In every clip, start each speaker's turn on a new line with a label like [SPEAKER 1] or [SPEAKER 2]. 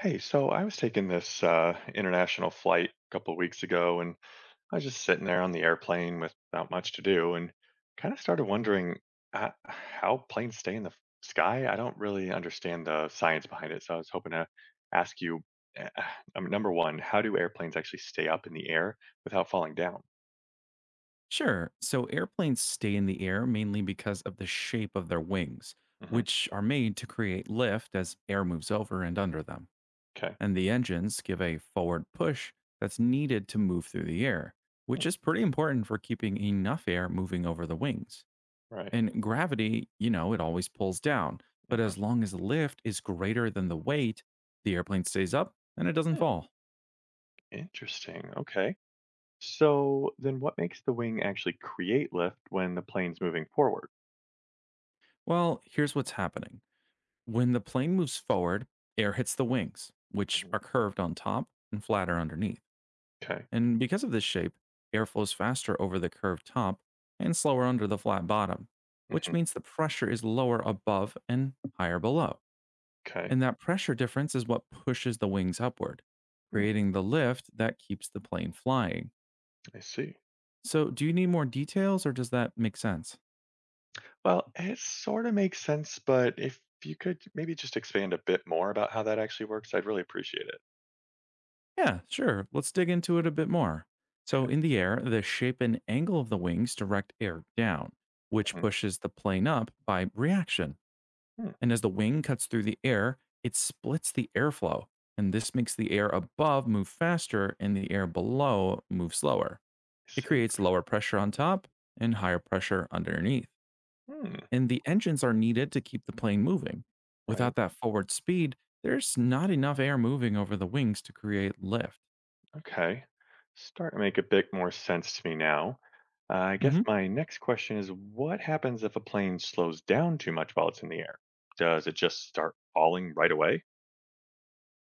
[SPEAKER 1] Hey, so I was taking this international flight a couple of weeks ago, and I was just sitting there on the airplane without much to do, and kind of started wondering how planes stay in the sky. I don't really understand the science behind it, so I was hoping to ask you, eh, uh, number one, how do airplanes actually stay up in the air without falling down?
[SPEAKER 2] Sure. So airplanes stay in the air mainly because of the shape of their wings,
[SPEAKER 1] Hmm.
[SPEAKER 2] which are made to create lift as air moves over and under them.
[SPEAKER 1] Okay.
[SPEAKER 2] And the engines give a forward push that's needed to move through the air,
[SPEAKER 1] Hmm,
[SPEAKER 2] which is pretty important for keeping enough air moving over the wings.
[SPEAKER 1] right.
[SPEAKER 2] And gravity, you know, it always pulls down, but
[SPEAKER 1] Mhm.
[SPEAKER 2] as long as the lift is greater than the weight, the airplane stays up and it doesn't
[SPEAKER 1] Hmm.
[SPEAKER 2] fall.
[SPEAKER 1] Interesting. Okay. So then, what makes the wing actually create lift when the plane's moving forward?
[SPEAKER 2] Well, here's what's happening. When the plane moves forward, air hits the wings, which
[SPEAKER 1] Mhm.
[SPEAKER 2] are curved on top and flatter underneath.
[SPEAKER 1] Okay.
[SPEAKER 2] And because of this shape, air flows faster over the curved top and slower under the flat bottom, which
[SPEAKER 1] Hmm.
[SPEAKER 2] means the pressure is lower above and higher below.
[SPEAKER 1] Okay.
[SPEAKER 2] And that pressure difference is what pushes the wings upward,
[SPEAKER 1] Hmm,
[SPEAKER 2] creating the lift that keeps the plane flying.
[SPEAKER 1] I see.
[SPEAKER 2] So, do you need more details or does that make sense?
[SPEAKER 1] Well, it sorta makes sense, but if you could maybe just expand a bit more about how that actually works, I'd really appreciate it.
[SPEAKER 2] Yeah, sure. Let's dig into it a bit more. So, in the air, the shape and angle of the wings direct air down, which
[SPEAKER 1] Mhm.
[SPEAKER 2] pushes the plane up by reaction.
[SPEAKER 1] Hmm. Hmm,
[SPEAKER 2] And as the wing cuts through the air, it splits the airflow. And this makes the air above move faster and the air below move slower.
[SPEAKER 1] I
[SPEAKER 2] It
[SPEAKER 1] see.
[SPEAKER 2] creates lower pressure on top and higher pressure underneath.
[SPEAKER 1] Hmm,
[SPEAKER 2] And the engines are needed to keep the plane moving.
[SPEAKER 1] right.
[SPEAKER 2] Without that forward speed, there's not enough air moving over the wings to create lift.
[SPEAKER 1] Okay. Starting to make a bit more sense to me now. I guess
[SPEAKER 2] Mhm.
[SPEAKER 1] my next question is what happens if a plane slows down too much while it's in the air? Does it just start falling right away?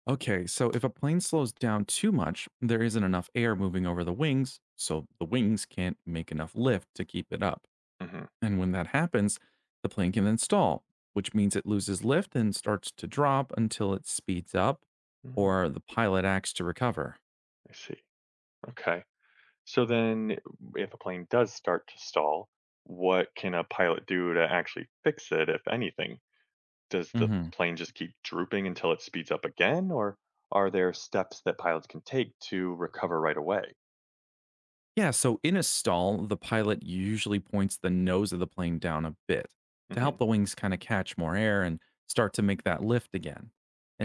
[SPEAKER 2] Okay, so if a plane slows down too much, there isn't enough air moving over the wings, so the wings can't make enough lift to keep it up.
[SPEAKER 1] Mhm.
[SPEAKER 2] And when that happens, the plane can then stall, which means it loses lift and starts to drop until it speeds up
[SPEAKER 1] Mhm.
[SPEAKER 2] or the pilot acts to recover.
[SPEAKER 1] I see. Okay. So then, if a plane does start to stall, what can a pilot do to actually fix it, if anything? Does the
[SPEAKER 2] Mm-hmm.
[SPEAKER 1] plane just keep drooping until it speeds up again, or are there steps that pilots can take to recover right away?
[SPEAKER 2] Yeah, so in a stall, the pilot usually points the nose of the plane down a bit to
[SPEAKER 1] Hmm.
[SPEAKER 2] help the wings kind of catch more air and start to make that lift again.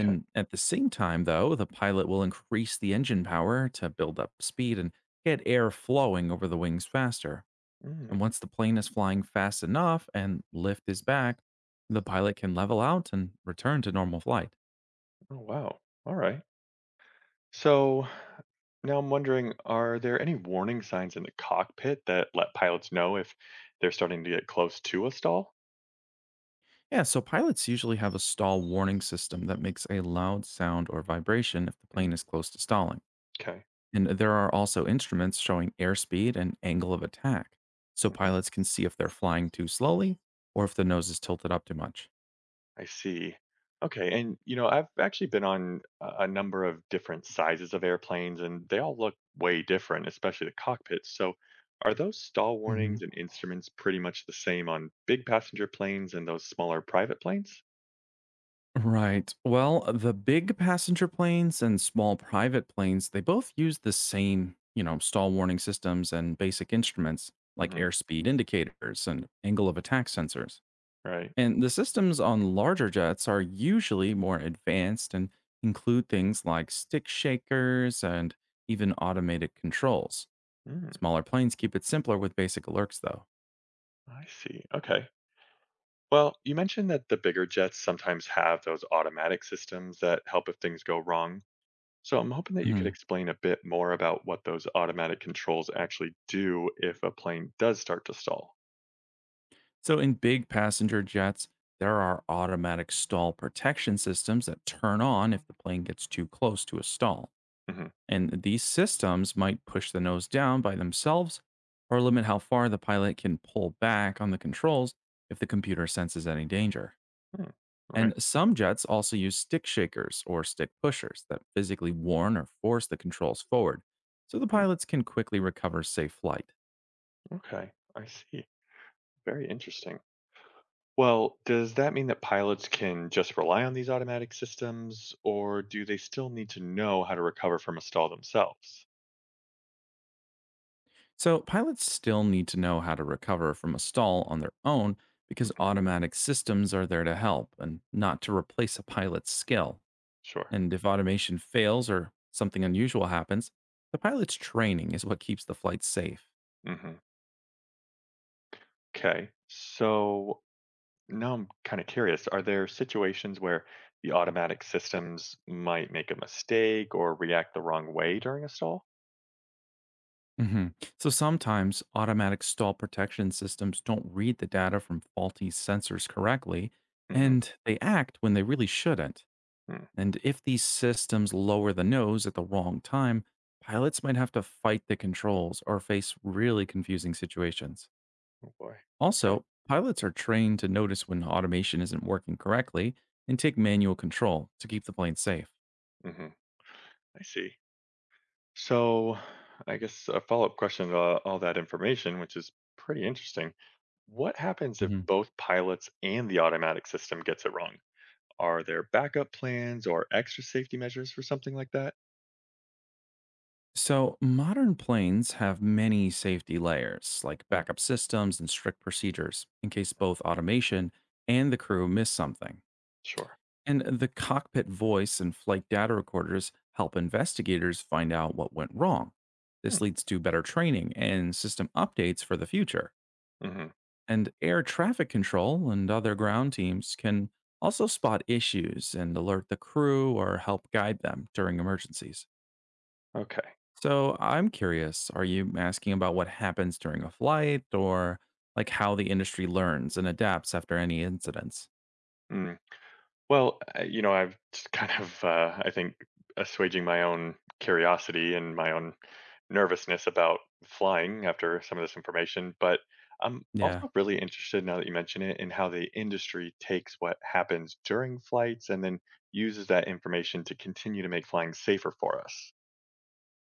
[SPEAKER 1] Okay.
[SPEAKER 2] at the same time, though, the pilot will increase the engine power to build up speed and get air flowing over the wings faster.
[SPEAKER 1] Mm.
[SPEAKER 2] And once the plane is flying fast enough and lift is back, the pilot can level out and return to normal flight.
[SPEAKER 1] Oh, wow. All right. So now I'm wondering, are there any warning signs in the cockpit that let pilots know if they're starting to get close to a stall?
[SPEAKER 2] Yeah, so pilots usually have a stall warning system that makes a loud sound or vibration if the
[SPEAKER 1] Mm.
[SPEAKER 2] plane is close to stalling.
[SPEAKER 1] Okay.
[SPEAKER 2] And there are also instruments showing airspeed and angle of attack, so pilots can see if they're flying too slowly or if the nose is tilted up too much.
[SPEAKER 1] I see. Okay, and you know, I've actually been on a number of different sizes of airplanes, and they all look way different, especially the cockpits. So, are those stall
[SPEAKER 2] Hmm.
[SPEAKER 1] warnings and instruments pretty much the same on big passenger planes and those smaller private planes?
[SPEAKER 2] Right. Well, the big passenger planes and small private planes, they both use the same, you know, stall warning systems and basic instruments like
[SPEAKER 1] Hmm.
[SPEAKER 2] airspeed indicators and angle of attack sensors.
[SPEAKER 1] Right.
[SPEAKER 2] And the systems on larger jets are usually more advanced and include things like stick shakers and even automated controls.
[SPEAKER 1] Mm.
[SPEAKER 2] Smaller planes keep it simpler with basic alerts, though.
[SPEAKER 1] I see. Okay. Well, you mentioned that the bigger jets sometimes have those automatic systems that help if things go wrong. So I'm hoping that you could
[SPEAKER 2] Mhm.
[SPEAKER 1] explain a bit more about what those automatic controls actually do if a plane does start to stall.
[SPEAKER 2] So, in big passenger jets, there are automatic stall protection systems that turn on if the plane gets too close to a stall.
[SPEAKER 1] Hmm.
[SPEAKER 2] And these systems might push the nose down by themselves or limit how far the pilot can pull back on the controls if the computer senses any danger.
[SPEAKER 1] Hmm. All right.
[SPEAKER 2] And some jets also use stick shakers or stick pushers that physically warn or force the controls forward so the
[SPEAKER 1] Mm.
[SPEAKER 2] pilots can quickly recover safe flight.
[SPEAKER 1] Okay. I see. Very interesting. Well, does that mean that pilots can just rely on these automatic systems, or do they still need to know how to recover from a stall themselves?
[SPEAKER 2] So, pilots still need to know how to recover from a stall on their own because automatic systems are there to help and not to replace a pilot's skill.
[SPEAKER 1] Sure.
[SPEAKER 2] And if automation fails or something unusual happens, the pilot's training is what keeps the flight safe.
[SPEAKER 1] Hmm. Okay. So now I'm kind of curious. Are there situations where the automatic systems might make a mistake or react the wrong way during a stall?
[SPEAKER 2] Mhm. So sometimes automatic stall protection systems don't read the data from faulty sensors correctly,
[SPEAKER 1] Mhm.
[SPEAKER 2] and they act when they really shouldn't.
[SPEAKER 1] Mm.
[SPEAKER 2] And if these systems lower the nose at the wrong time, pilots might have to fight the controls or face really confusing situations.
[SPEAKER 1] Oh boy. Okay.
[SPEAKER 2] Also, pilots are trained to notice when automation isn't working correctly and take manual control to keep the plane safe.
[SPEAKER 1] Mhm. I see. So, I guess a follow-up question to all that information, which is pretty interesting. What happens if
[SPEAKER 2] Mhm.
[SPEAKER 1] both pilots and the automatic system gets it wrong? Are there backup plans or extra safety measures for something like that?
[SPEAKER 2] So, modern planes have many safety layers, like
[SPEAKER 1] Mm.
[SPEAKER 2] backup systems and strict procedures, in case both automation and the crew miss something.
[SPEAKER 1] Sure.
[SPEAKER 2] And the cockpit voice and flight data recorders help investigators find out what went wrong.
[SPEAKER 1] Mm.
[SPEAKER 2] This leads to better training and system updates for the future.
[SPEAKER 1] Mhm.
[SPEAKER 2] And air traffic control and other ground teams can also spot issues and alert the crew or help guide them during emergencies.
[SPEAKER 1] Okay.
[SPEAKER 2] So I'm curious, are you asking about what happens during a flight or like how the industry learns and adapts after any incidents?
[SPEAKER 1] Mm. Well, you know, I've just kind of, I think, assuaging my own curiosity and my own nervousness about flying after some of this information. But I'm
[SPEAKER 2] Yeah.
[SPEAKER 1] also really interested now that you mention it in how the industry takes what happens during flights and then uses that information to continue to make flying safer for us.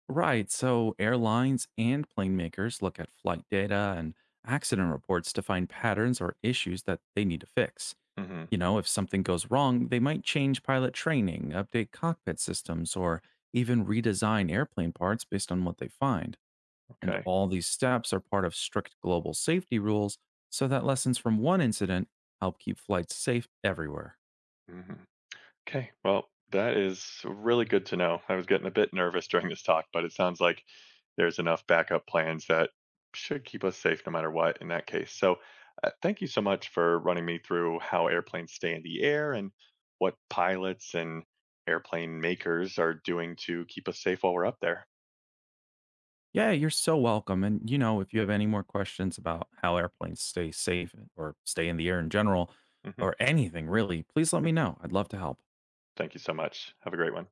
[SPEAKER 2] Right. So airlines and plane makers look at flight data and accident reports to find patterns or issues that they need to fix.
[SPEAKER 1] Hmm.
[SPEAKER 2] You know, if something goes wrong, they might change pilot training, update cockpit systems, or even redesign airplane parts based on what they find. And
[SPEAKER 1] Okay.
[SPEAKER 2] all these steps are part of strict global safety rules so that lessons from one incident help keep flights safe everywhere.
[SPEAKER 1] Hmm. Okay. Well, that is really good to know. I was getting a bit nervous during this talk, but it sounds like there's enough backup plans that should keep us safe no matter what in that case. So, thank you so much for running me through how airplanes stay in the air and what pilots and airplane makers are doing to keep us safe while we're up there.
[SPEAKER 2] Yeah, you're so welcome. And you know, if you have any more questions about how airplanes stay safe or stay in the air in general
[SPEAKER 1] Hmm.
[SPEAKER 2] or anything really, please let me know. I'd love to help.
[SPEAKER 1] Thank you so much. Have a great one.